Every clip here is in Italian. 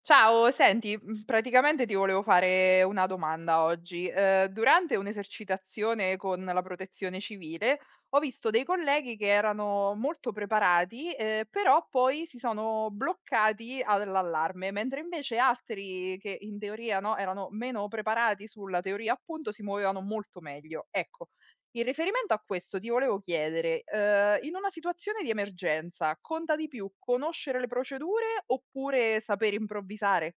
Ciao, senti, praticamente ti volevo fare una domanda oggi. Durante un'esercitazione con la protezione civile, ho visto dei colleghi che erano molto preparati, però poi si sono bloccati all'allarme, mentre invece altri che in teoria, no, erano meno preparati sulla teoria appunto, si muovevano molto meglio. Ecco, in riferimento a questo ti volevo chiedere, in una situazione di emergenza conta di più conoscere le procedure oppure saper improvvisare?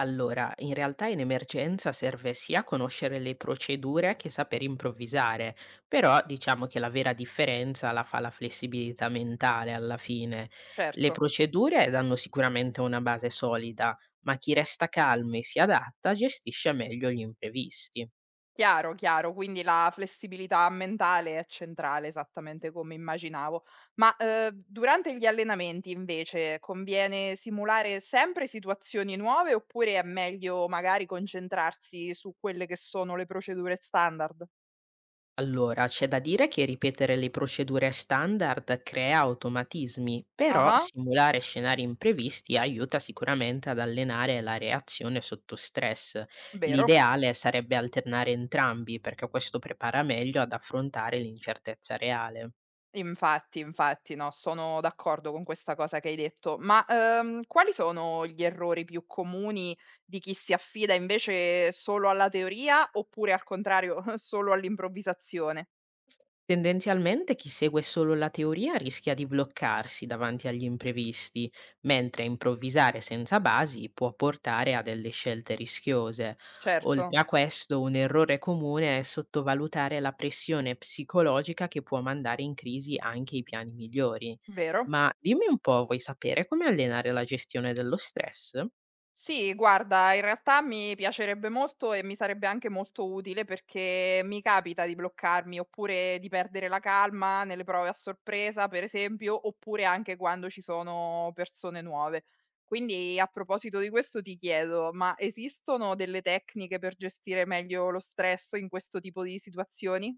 Allora, in realtà in emergenza serve sia conoscere le procedure che saper improvvisare, però diciamo che la vera differenza la fa la flessibilità mentale alla fine. Le Certo, procedure danno sicuramente una base solida, ma chi resta calmo e si adatta gestisce meglio gli imprevisti. chiaro, chiaro, quindi la flessibilità mentale è centrale, esattamente come immaginavo. Ma, durante gli allenamenti invece conviene simulare sempre situazioni nuove oppure è meglio magari concentrarsi su quelle che sono le procedure standard? Allora, c'è da dire che ripetere le procedure standard crea automatismi, però Ah-ah, simulare scenari imprevisti aiuta sicuramente ad allenare la reazione sotto stress. vero. L'ideale sarebbe alternare entrambi perché questo prepara meglio ad affrontare l'incertezza reale. Infatti, infatti, no, sono d'accordo con questa cosa che hai detto. Ma, quali sono gli errori più comuni di chi si affida invece solo alla teoria oppure al contrario solo all'improvvisazione? Tendenzialmente chi segue solo la teoria rischia di bloccarsi davanti agli imprevisti, mentre improvvisare senza basi può portare a delle scelte rischiose. Oltre Certo, a questo, un errore comune è sottovalutare la pressione psicologica che può mandare in crisi anche i piani migliori. vero? Ma dimmi un po', vuoi sapere come allenare la gestione dello stress? Sì, guarda, in realtà mi piacerebbe molto e mi sarebbe anche molto utile perché mi capita di bloccarmi oppure di perdere la calma nelle prove a sorpresa, per esempio, oppure anche quando ci sono persone nuove. Quindi a proposito di questo ti chiedo, ma esistono delle tecniche per gestire meglio lo stress in questo tipo di situazioni?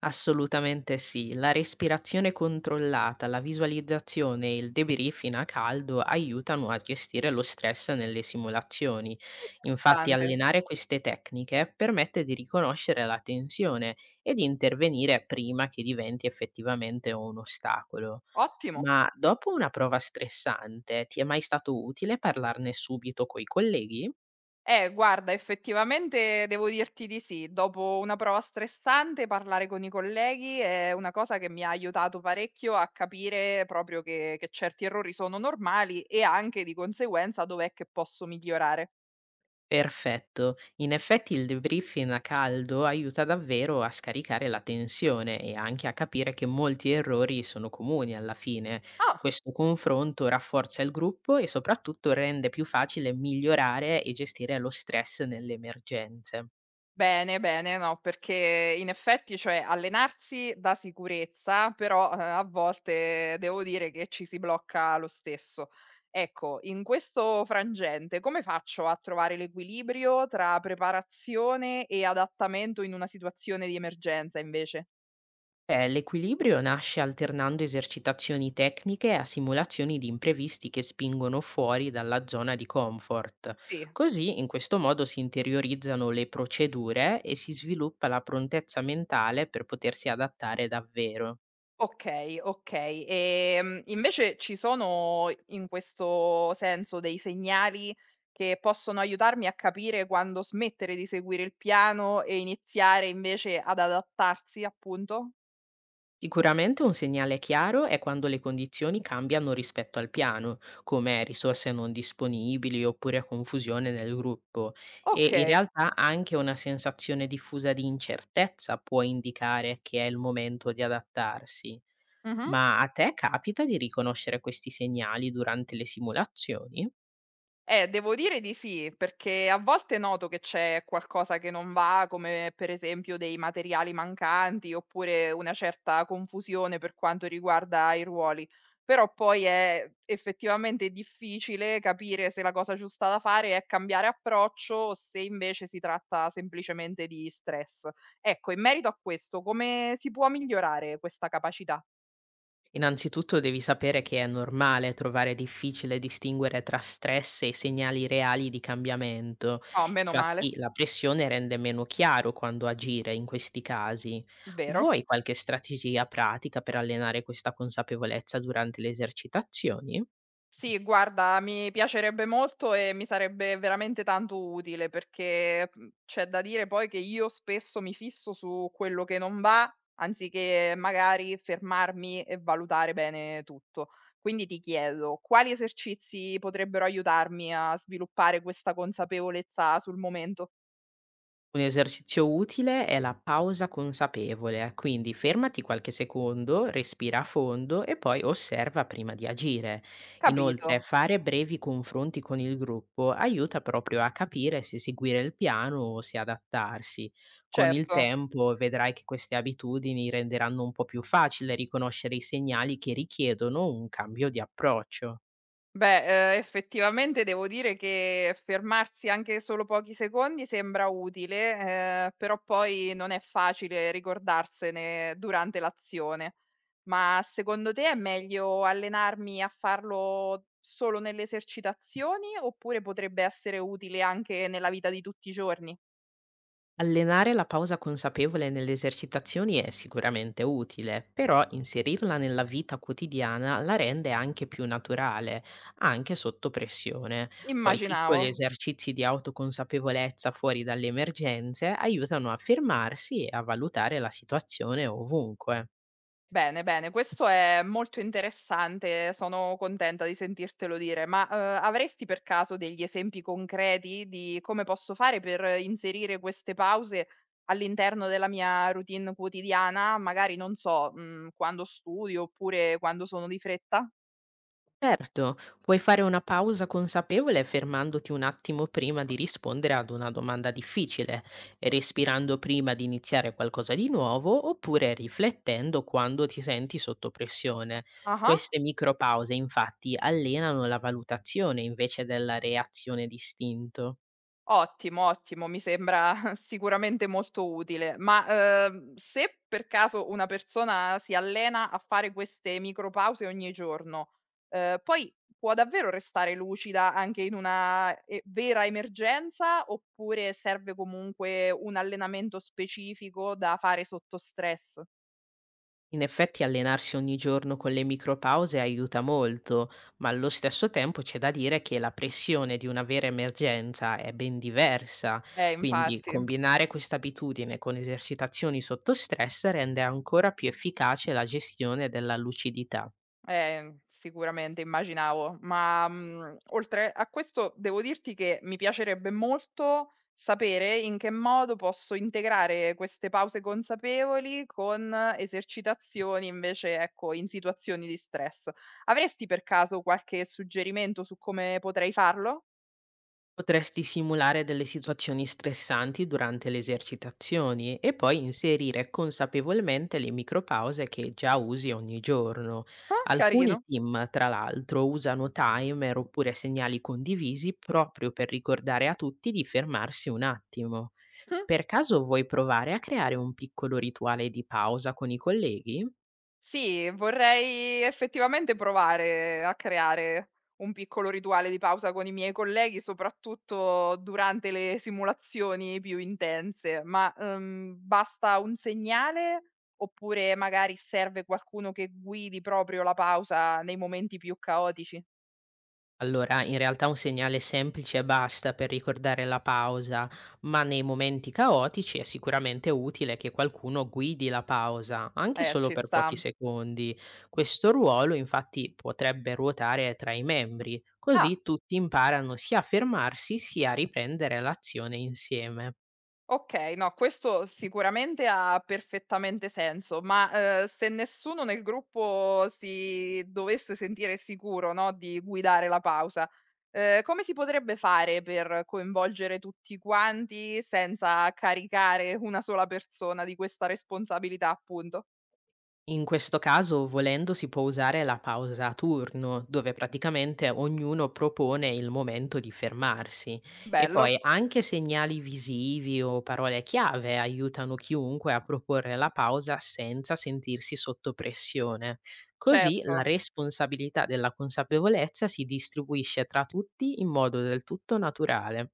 Assolutamente sì, la respirazione controllata, la visualizzazione e il debriefing a caldo aiutano a gestire lo stress nelle simulazioni. Infatti Interessante, allenare queste tecniche permette di riconoscere la tensione e di intervenire prima che diventi effettivamente un ostacolo. ottimo. Ma dopo una prova stressante, ti è mai stato utile parlarne subito coi colleghi? Guarda, effettivamente devo dirti di sì. Dopo una prova stressante, parlare con i colleghi è una cosa che mi ha aiutato parecchio a capire proprio che certi errori sono normali e anche, di conseguenza, dov'è che posso migliorare. Perfetto. In effetti il debriefing a caldo aiuta davvero a scaricare la tensione e anche a capire che molti errori sono comuni alla fine. Ah! Questo confronto rafforza il gruppo e soprattutto rende più facile migliorare e gestire lo stress nelle emergenze. Bene, bene, no, perché in effetti, cioè, allenarsi dà sicurezza, però, a volte devo dire che ci si blocca lo stesso. Ecco, in questo frangente come faccio a trovare l'equilibrio tra preparazione e adattamento in una situazione di emergenza invece? L'equilibrio nasce alternando esercitazioni tecniche a simulazioni di imprevisti che spingono fuori dalla zona di comfort. Sì. Così, in questo modo, si interiorizzano le procedure e si sviluppa la prontezza mentale per potersi adattare davvero. Okay, okay. Invece ci sono in questo senso dei segnali che possono aiutarmi a capire quando smettere di seguire il piano e iniziare invece ad adattarsi, appunto? Sicuramente un segnale chiaro è quando le condizioni cambiano rispetto al piano, come risorse non disponibili oppure confusione nel gruppo. E in Okay. realtà anche una sensazione diffusa di incertezza può indicare che è il momento di adattarsi. Mh-mh. Ma a te capita di riconoscere questi segnali durante le simulazioni? Devo dire di sì, perché a volte noto che c'è qualcosa che non va, come per esempio dei materiali mancanti oppure una certa confusione per quanto riguarda i ruoli. Però poi è effettivamente difficile capire se la cosa giusta da fare è cambiare approccio o se invece si tratta semplicemente di stress. Ecco, in merito a questo, come si può migliorare questa capacità? Innanzitutto devi sapere che è normale trovare difficile distinguere tra stress e segnali reali di cambiamento. Oh, meno male, Infatti la pressione rende meno chiaro quando agire in questi casi. vero. Vuoi qualche strategia pratica per allenare questa consapevolezza durante le esercitazioni? Sì, guarda, mi piacerebbe molto e mi sarebbe veramente tanto utile perché, c'è da dire poi che io spesso mi fisso su quello che non va, anziché magari fermarmi e valutare bene tutto. Quindi ti chiedo, quali esercizi potrebbero aiutarmi a sviluppare questa consapevolezza sul momento? Un esercizio utile è la pausa consapevole, quindi fermati qualche secondo, respira a fondo e poi osserva prima di agire. Capito, Inoltre, fare brevi confronti con il gruppo aiuta proprio a capire se seguire il piano o se adattarsi. Con il certo. tempo vedrai che queste abitudini renderanno un po' più facile riconoscere i segnali che richiedono un cambio di approccio. Beh, effettivamente devo dire che fermarsi anche solo pochi secondi sembra utile, però poi non è facile ricordarsene durante l'azione. Ma secondo te è meglio allenarmi a farlo solo nelle esercitazioni, oppure potrebbe essere utile anche nella vita di tutti i giorni? Allenare la pausa consapevole nelle esercitazioni è sicuramente utile, però inserirla nella vita quotidiana la rende anche più naturale, anche sotto pressione. Poi Immaginavo. piccoli esercizi di autoconsapevolezza fuori dalle emergenze aiutano a fermarsi e a valutare la situazione ovunque. Bene, bene, questo è molto interessante, sono contenta di sentirtelo dire, ma avresti per caso degli esempi concreti di come posso fare per inserire queste pause all'interno della mia routine quotidiana? Magari non so, quando studio oppure quando sono di fretta? Certo, puoi fare una pausa consapevole fermandoti un attimo prima di rispondere ad una domanda difficile, respirando prima di iniziare qualcosa di nuovo oppure riflettendo quando ti senti sotto pressione. Ah. Queste micropause infatti allenano la valutazione invece della reazione d'istinto. Ottimo, ottimo, mi sembra sicuramente molto utile. Ma, se per caso una persona si allena a fare queste micropause ogni giorno, poi può davvero restare lucida anche in una e vera emergenza, oppure serve comunque un allenamento specifico da fare sotto stress? In effetti allenarsi ogni giorno con le micropause aiuta molto, ma allo stesso tempo c'è da dire che la pressione di una vera emergenza è ben diversa, quindi Infatti. combinare questa abitudine con esercitazioni sotto stress rende ancora più efficace la gestione della lucidità. Sicuramente immaginavo, ma, oltre a questo devo dirti che mi piacerebbe molto sapere in che modo posso integrare queste pause consapevoli con esercitazioni invece, ecco, in situazioni di stress. Avresti per caso qualche suggerimento su come potrei farlo? Potresti simulare delle situazioni stressanti durante le esercitazioni e poi inserire consapevolmente le micropause che già usi ogni giorno. Ah, Alcuni carino. team, tra l'altro, usano timer oppure segnali condivisi proprio per ricordare a tutti di fermarsi un attimo. Mh. Per caso vuoi provare a creare un piccolo rituale di pausa con i colleghi? Sì, vorrei effettivamente provare a creare un piccolo rituale di pausa con i miei colleghi, soprattutto durante le simulazioni più intense, ma, basta un segnale oppure magari serve qualcuno che guidi proprio la pausa nei momenti più caotici? Allora, in realtà un segnale semplice basta per ricordare la pausa, ma nei momenti caotici è sicuramente utile che qualcuno guidi la pausa, anche solo Ci per sta. pochi secondi. Questo ruolo infatti potrebbe ruotare tra i membri, Ah. così tutti imparano sia a fermarsi sia a riprendere l'azione insieme. Okay, no, questo sicuramente ha perfettamente senso, ma, se nessuno nel gruppo si dovesse sentire sicuro, no, di guidare la pausa, come si potrebbe fare per coinvolgere tutti quanti senza caricare una sola persona di questa responsabilità, appunto? In questo caso, volendo, si può usare la pausa a turno, dove praticamente ognuno propone il momento di fermarsi. E poi Bello, anche segnali visivi o parole chiave aiutano chiunque a proporre la pausa senza sentirsi sotto pressione. Così la certo. responsabilità della consapevolezza si distribuisce tra tutti in modo del tutto naturale.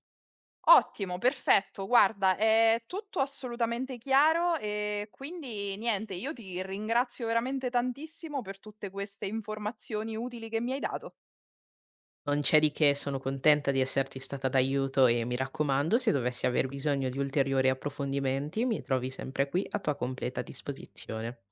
Ottimo, perfetto. Guarda, è tutto assolutamente chiaro e quindi niente, io ti ringrazio veramente tantissimo per tutte queste informazioni utili che mi hai dato. Non c'è di che, sono contenta di esserti stata d'aiuto e mi raccomando, se dovessi aver bisogno di ulteriori approfondimenti, mi trovi sempre qui a tua completa disposizione.